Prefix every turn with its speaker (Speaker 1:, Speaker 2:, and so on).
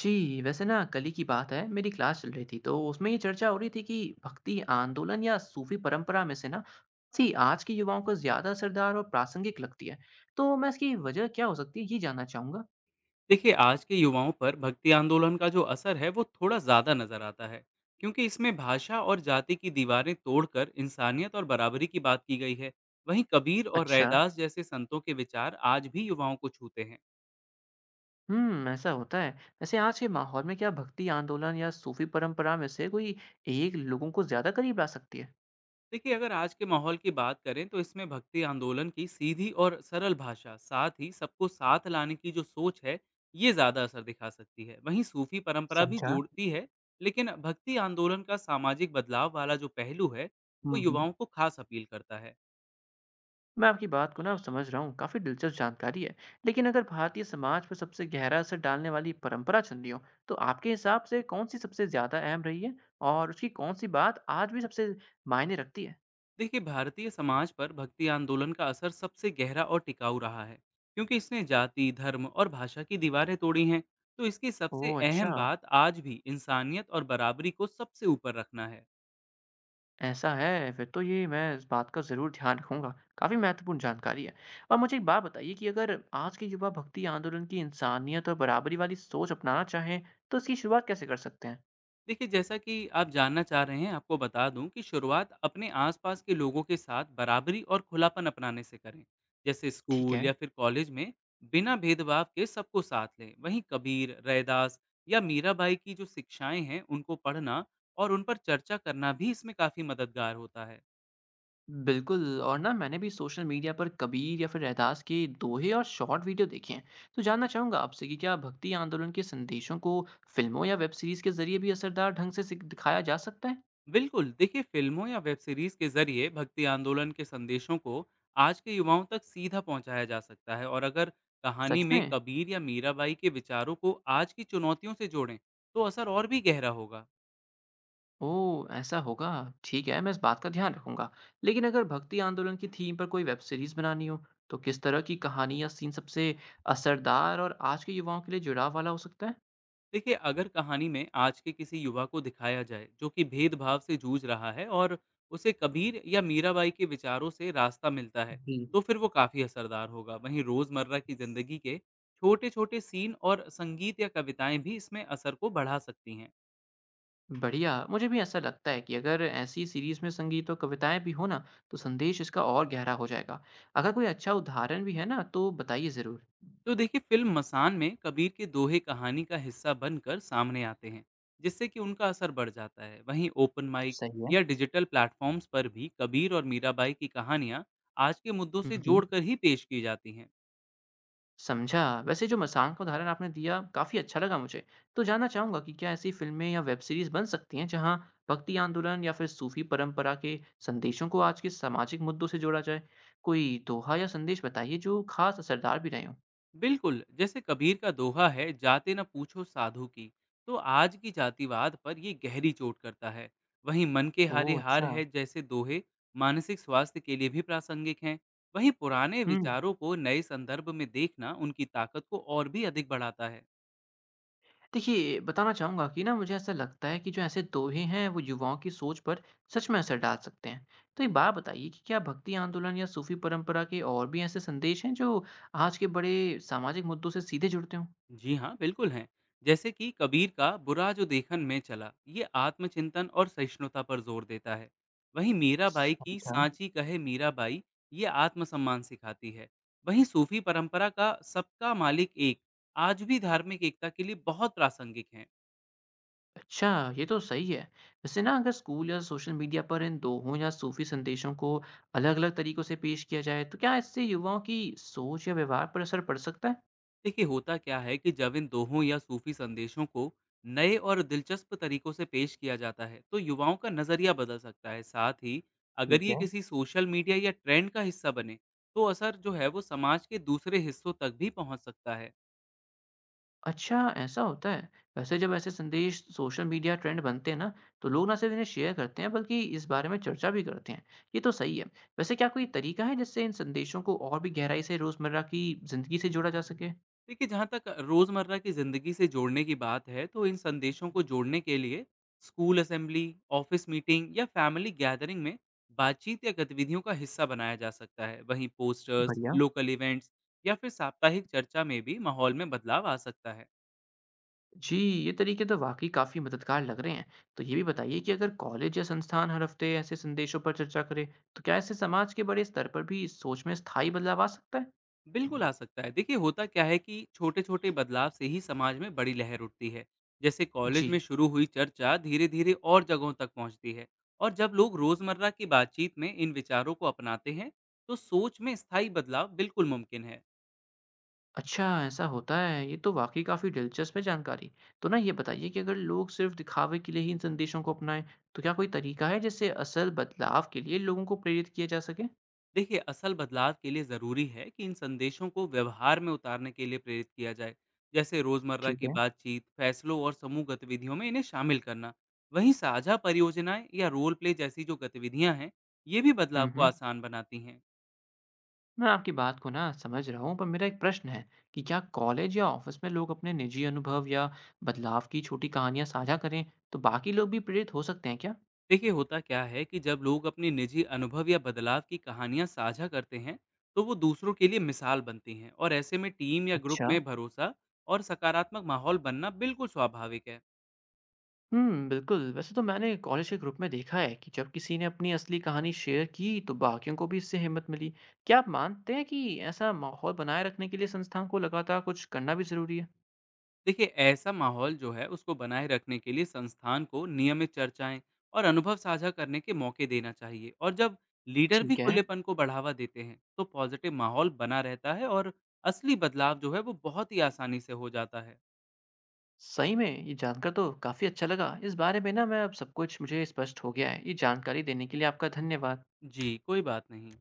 Speaker 1: जी। वैसे ना कल ही की बात है, मेरी क्लास चल रही थी तो उसमें ये चर्चा हो रही थी कि भक्ति आंदोलन या सूफी परंपरा में से ना सी आज के युवाओं को ज्यादा असरदार और प्रासंगिक लगती है। तो मैं इसकी वजह क्या हो सकती है ये जानना चाहूंगा।
Speaker 2: देखिए आज के युवाओं पर भक्ति आंदोलन का जो असर है वो थोड़ा ज़्यादा नज़र आता है क्योंकि इसमें भाषा और जाति की दीवारें तोड़कर इंसानियत और बराबरी की बात की गई है। वहीं कबीर और
Speaker 1: अच्छा।
Speaker 2: रैदास जैसे संतों के विचार आज भी युवाओं को छूते हैं।
Speaker 1: ऐसा होता है। वैसे आज के माहौल में क्या भक्ति आंदोलन या सूफी परंपरा में से कोई एक लोगों को ज्यादा करीब ला सकती है?
Speaker 2: देखिए अगर आज के माहौल की बात करें तो इसमें भक्ति आंदोलन की सीधी और सरल भाषा, साथ ही सबको साथ लाने की जो सोच है, ये ज़्यादा असर दिखा सकती है। वहीं सूफी परंपरा भी
Speaker 1: समझा।
Speaker 2: जोड़ती है। लेकिन भक्ति आंदोलन का सामाजिक बदलाव वाला जो पहलू है, वो
Speaker 1: हम्म हम्म।
Speaker 2: युवाओं को खास अपील करता है।
Speaker 1: मैं आपकी बात को ना समझ रहा हूँ, काफ़ी दिलचस्प जानकारी है। लेकिन अगर भारतीय समाज पर सबसे गहरा असर डालने वाली परंपरा चुन ली हो तो आपके हिसाब से कौन सी सबसे ज़्यादा अहम रही है और उसकी कौन सी बात आज भी सबसे मायने रखती है?
Speaker 2: देखिए भारतीय समाज पर भक्ति आंदोलन का असर सबसे गहरा और टिकाऊ रहा है, क्योंकि इसने जाति, धर्म और भाषा की दीवारें तोड़ी हैं। तो इसकी
Speaker 1: ओह
Speaker 2: सबसे
Speaker 1: अच्छा।
Speaker 2: अहम बात आज भी इंसानियत और बराबरी को सबसे ऊपर रखना है।
Speaker 1: ऐसा है फिर तो ये मैं इस बात का ज़रूर ध्यान रखूंगा। काफ़ी महत्वपूर्ण जानकारी है। और मुझे एक बात बताइए कि अगर आज के युवा भक्ति आंदोलन की इंसानियत और बराबरी वाली सोच अपनाना चाहें तो इसकी शुरुआत कैसे कर सकते हैं?
Speaker 2: देखिए जैसा कि आप जानना चाह रहे हैं, आपको बता दूं कि शुरुआत अपने आसपास के लोगों के साथ बराबरी और खुलापन अपनाने से करें। जैसे
Speaker 1: ठीक है।
Speaker 2: स्कूल या फिर कॉलेज में बिना भेदभाव के सबको साथ लें। वहीं कबीर, रैदास या मीराबाई की जो शिक्षाएं हैं उनको पढ़ना और उन पर चर्चा करना भी इसमें काफ़ी मददगार होता है।
Speaker 1: बिल्कुल। और ना मैंने भी सोशल मीडिया पर कबीर या फिर रहदास के दोहे और शॉर्ट वीडियो देखे हैं। तो जानना चाहूंगा आपसे कि क्या भक्ति आंदोलन के संदेशों को फिल्मों या वेब सीरीज के जरिए भी असरदार ढंग से दिखाया जा सकता है?
Speaker 2: बिल्कुल, देखिए फिल्मों या वेब सीरीज के जरिए भक्ति आंदोलन के संदेशों को आज के युवाओं तक सीधा पहुंचाया जा सकता है। और अगर कहानी
Speaker 1: सच
Speaker 2: में
Speaker 1: में।
Speaker 2: कबीर या मीराबाई के विचारों को आज की चुनौतियों से जोड़ें, तो असर और भी गहरा होगा।
Speaker 1: ओह ऐसा होगा। ठीक है, मैं इस बात का ध्यान रखूंगा। लेकिन अगर भक्ति आंदोलन की थीम पर कोई वेब सीरीज बनानी हो तो किस तरह की कहानी या सीन सबसे असरदार और आज के युवाओं के लिए जुड़ाव वाला हो सकता है?
Speaker 2: देखिए अगर कहानी में आज के किसी युवा को दिखाया जाए जो कि भेदभाव से जूझ रहा है, और उसे कबीर या मीराबाई के विचारों से रास्ता मिलता है,
Speaker 1: जी।
Speaker 2: तो फिर वो काफ़ी असरदार होगा। वहीं रोज़मर्रा की ज़िंदगी के छोटे छोटे सीन और संगीत या कविताएं भी इसमें असर को बढ़ा सकती हैं।
Speaker 1: बढ़िया, मुझे भी ऐसा लगता है कि अगर ऐसी सीरीज में संगीत और कविताएं भी हो ना, तो संदेश इसका और गहरा हो जाएगा। अगर कोई अच्छा उदाहरण भी है ना तो बताइए जरूर।
Speaker 2: तो देखिए फिल्म मसान में कबीर के दोहे कहानी का हिस्सा बनकर सामने आते हैं, जिससे कि उनका असर बढ़ जाता है। वहीं ओपन माइक
Speaker 1: सही है।
Speaker 2: या डिजिटल प्लेटफॉर्म्स पर भी कबीर और मीराबाई की कहानियां आज के मुद्दों से
Speaker 1: हम्म।
Speaker 2: जोड़कर ही पेश की जाती हैं।
Speaker 1: समझा। वैसे जो मसान का उदाहरण आपने दिया काफी अच्छा लगा मुझे। तो जानना चाहूंगा कि क्या ऐसी फिल्में या वेब सीरीज बन सकती हैं जहां भक्ति आंदोलन या फिर सूफी परंपरा के संदेशों को आज के सामाजिक मुद्दों से जोड़ा जाए? कोई दोहा या संदेश बताइए जो खास असरदार भी रहे हों।
Speaker 2: बिल्कुल, जैसे कबीर का दोहा है जाते न पूछो साधु की, तो आज की जातिवाद पर ये गहरी चोट करता है। वहीं मन के हारे
Speaker 1: ओह
Speaker 2: हार
Speaker 1: अच्छा।
Speaker 2: है जैसे दोहे मानसिक स्वास्थ्य के लिए भी प्रासंगिक हैं। वहीं पुराने
Speaker 1: हम्म।
Speaker 2: विचारों को नए संदर्भ में देखना उनकी ताकत को और भी अधिक बढ़ाता है।
Speaker 1: देखिए, बताना चाहूँगा कि ना मुझे ऐसा लगता है कि जो ऐसे दोहे हैं वो युवाओं की सोच पर सच में असर डाल सकते हैं। तो एक बात बताइए कि क्या भक्ति आंदोलन या सूफी परंपरा के और भी ऐसे संदेश हैं जो आज के बड़े सामाजिक मुद्दों से सीधे जुड़ते हों?
Speaker 2: जी हाँ, बिल्कुल हैं। जैसे कि कबीर का बुरा जो देखन में चला, ये आत्मचिंतन और सहिष्णुता पर जोर देता है। वहीं मीराबाई की
Speaker 1: समझा।
Speaker 2: सांची कहे मीराबाई, ये आत्मसम्मान सिखाती है। वहीं सूफी परंपरा का सबका मालिक एक, आज भी धार्मिक एकता के लिए बहुत प्रासंगिक है।
Speaker 1: अच्छा, ये तो सही है। वैसे ना अगर स्कूल या सोशल मीडिया पर इन दोहों या सूफी संदेशों को अलग-अलग तरीकों से पेश किया जाए, तो क्या इससे युवाओं की सोच या व्यवहार पर असर पड़ सकता है?
Speaker 2: देखिए होता क्या है कि जब इन दोहों या सूफी संदेशों को नए और दिलचस्प तरीकों से पेश किया जाता है तो युवाओं का नज़रिया बदल सकता है। साथ ही
Speaker 1: ठीक
Speaker 2: अगर ये
Speaker 1: है।
Speaker 2: किसी सोशल मीडिया या ट्रेंड का हिस्सा बने, तो असर जो है वो समाज के दूसरे हिस्सों तक भी पहुंच सकता है।
Speaker 1: अच्छा, ऐसा होता है? वैसे जब ऐसे संदेश सोशल मीडिया ट्रेंड बनते हैं ना, तो लोग ना सिर्फ इन्हें शेयर करते हैं बल्कि इस बारे में चर्चा भी करते हैं। ये तो सही है। वैसे क्या कोई तरीका है जिससे इन संदेशों को और भी गहराई से रोज़मर्रा की ज़िंदगी से जोड़ा जा सके?
Speaker 2: देखिए जहाँ तक रोज़मर्रा की ज़िंदगी से जोड़ने की बात है, तो इन संदेशों को जोड़ने के लिए स्कूल असेंबली, ऑफिस मीटिंग या फैमिली गैदरिंग में बातचीत या गतिविधियों का हिस्सा बनाया जा सकता है। वहीं पोस्टर्स,
Speaker 1: बढ़िया।
Speaker 2: लोकल इवेंट्स या फिर साप्ताहिक चर्चा में भी माहौल में बदलाव आ सकता है।
Speaker 1: जी, ये तरीके तो वाक़ई काफ़ी मददगार लग रहे हैं। तो ये भी बताइए कि अगर कॉलेज या संस्थान हर हफ्ते ऐसे संदेशों पर चर्चा करे, तो क्या इससे समाज के बड़े स्तर पर भी इस सोच में स्थायी बदलाव आ सकता है?
Speaker 2: बिल्कुल आ सकता है। देखिए होता क्या है कि छोटे-छोटे बदलाव से ही समाज में बड़ी लहर उठती है। जैसे कॉलेज
Speaker 1: जी।
Speaker 2: में शुरू हुई चर्चा धीरे-धीरे और जगहों तक पहुंचती है, और जब लोग रोजमर्रा की बातचीत में इन विचारों को अपनाते हैं, तो सोच में स्थायी बदलाव बिल्कुल मुमकिन है।
Speaker 1: अच्छा, ऐसा होता है, ये तो वाकई काफ़ी दिलचस्प है जानकारी। तो ना ये बताइए कि अगर लोग सिर्फ दिखावे के लिए ही इन संदेशों को अपनाएं तो क्या कोई तरीका है जिससे असल बदलाव के लिए लोगों को प्रेरित किया जा सके?
Speaker 2: देखिए असल बदलाव के लिए ज़रूरी है कि इन संदेशों को व्यवहार में उतारने के लिए प्रेरित किया जाए। जैसे रोज़मर्रा
Speaker 1: ठीक
Speaker 2: की
Speaker 1: है।
Speaker 2: बातचीत, फैसलों और समूह गतिविधियों में इन्हें शामिल करना। वहीं साझा परियोजनाएं या रोल प्ले जैसी जो गतिविधियां हैं, ये भी
Speaker 1: हम्म
Speaker 2: बदलाव को
Speaker 1: हम्म,
Speaker 2: आसान बनाती हैं।
Speaker 1: मैं आपकी बात को ना समझ रहा हूँ, पर मेरा एक प्रश्न है कि क्या कॉलेज या ऑफिस में लोग अपने निजी अनुभव या बदलाव की छोटी कहानियां साझा करें तो बाकी लोग भी प्रेरित हो सकते हैं क्या?
Speaker 2: देखिए होता क्या है कि जब लोग अपने निजी अनुभव या बदलाव की कहानियां साझा करते हैं, तो वो दूसरों के लिए मिसाल बनती हैं, और ऐसे में टीम या ग्रुप
Speaker 1: अच्छा।
Speaker 2: में भरोसा और सकारात्मक माहौल बनना बिल्कुल स्वाभाविक है।
Speaker 1: हुँ, बिल्कुल। वैसे तो मैंने कॉलेज के ग्रुप में देखा है कि जब किसी ने अपनी असली कहानी शेयर की, तो बाकियों को भी इससे हिम्मत मिली। क्या आप मानते हैं कि ऐसा माहौल बनाए रखने के लिए संस्थाओं को लगातार कुछ करना भी ज़रूरी है?
Speaker 2: देखिए ऐसा माहौल जो है उसको बनाए रखने के लिए संस्थान को नियमित चर्चाएं और अनुभव साझा करने के मौके देना चाहिए। और जब लीडर भी
Speaker 1: ठीक है।
Speaker 2: खुलेपन को बढ़ावा देते हैं, तो पॉजिटिव माहौल बना रहता है, और असली बदलाव जो है वो बहुत ही आसानी से हो जाता है।
Speaker 1: सही में, ये जानकर तो काफ़ी अच्छा लगा। इस बारे में ना मैं अब सब कुछ मुझे स्पष्ट हो गया है। ये जानकारी देने के लिए आपका धन्यवाद।
Speaker 2: जी, कोई बात नहीं।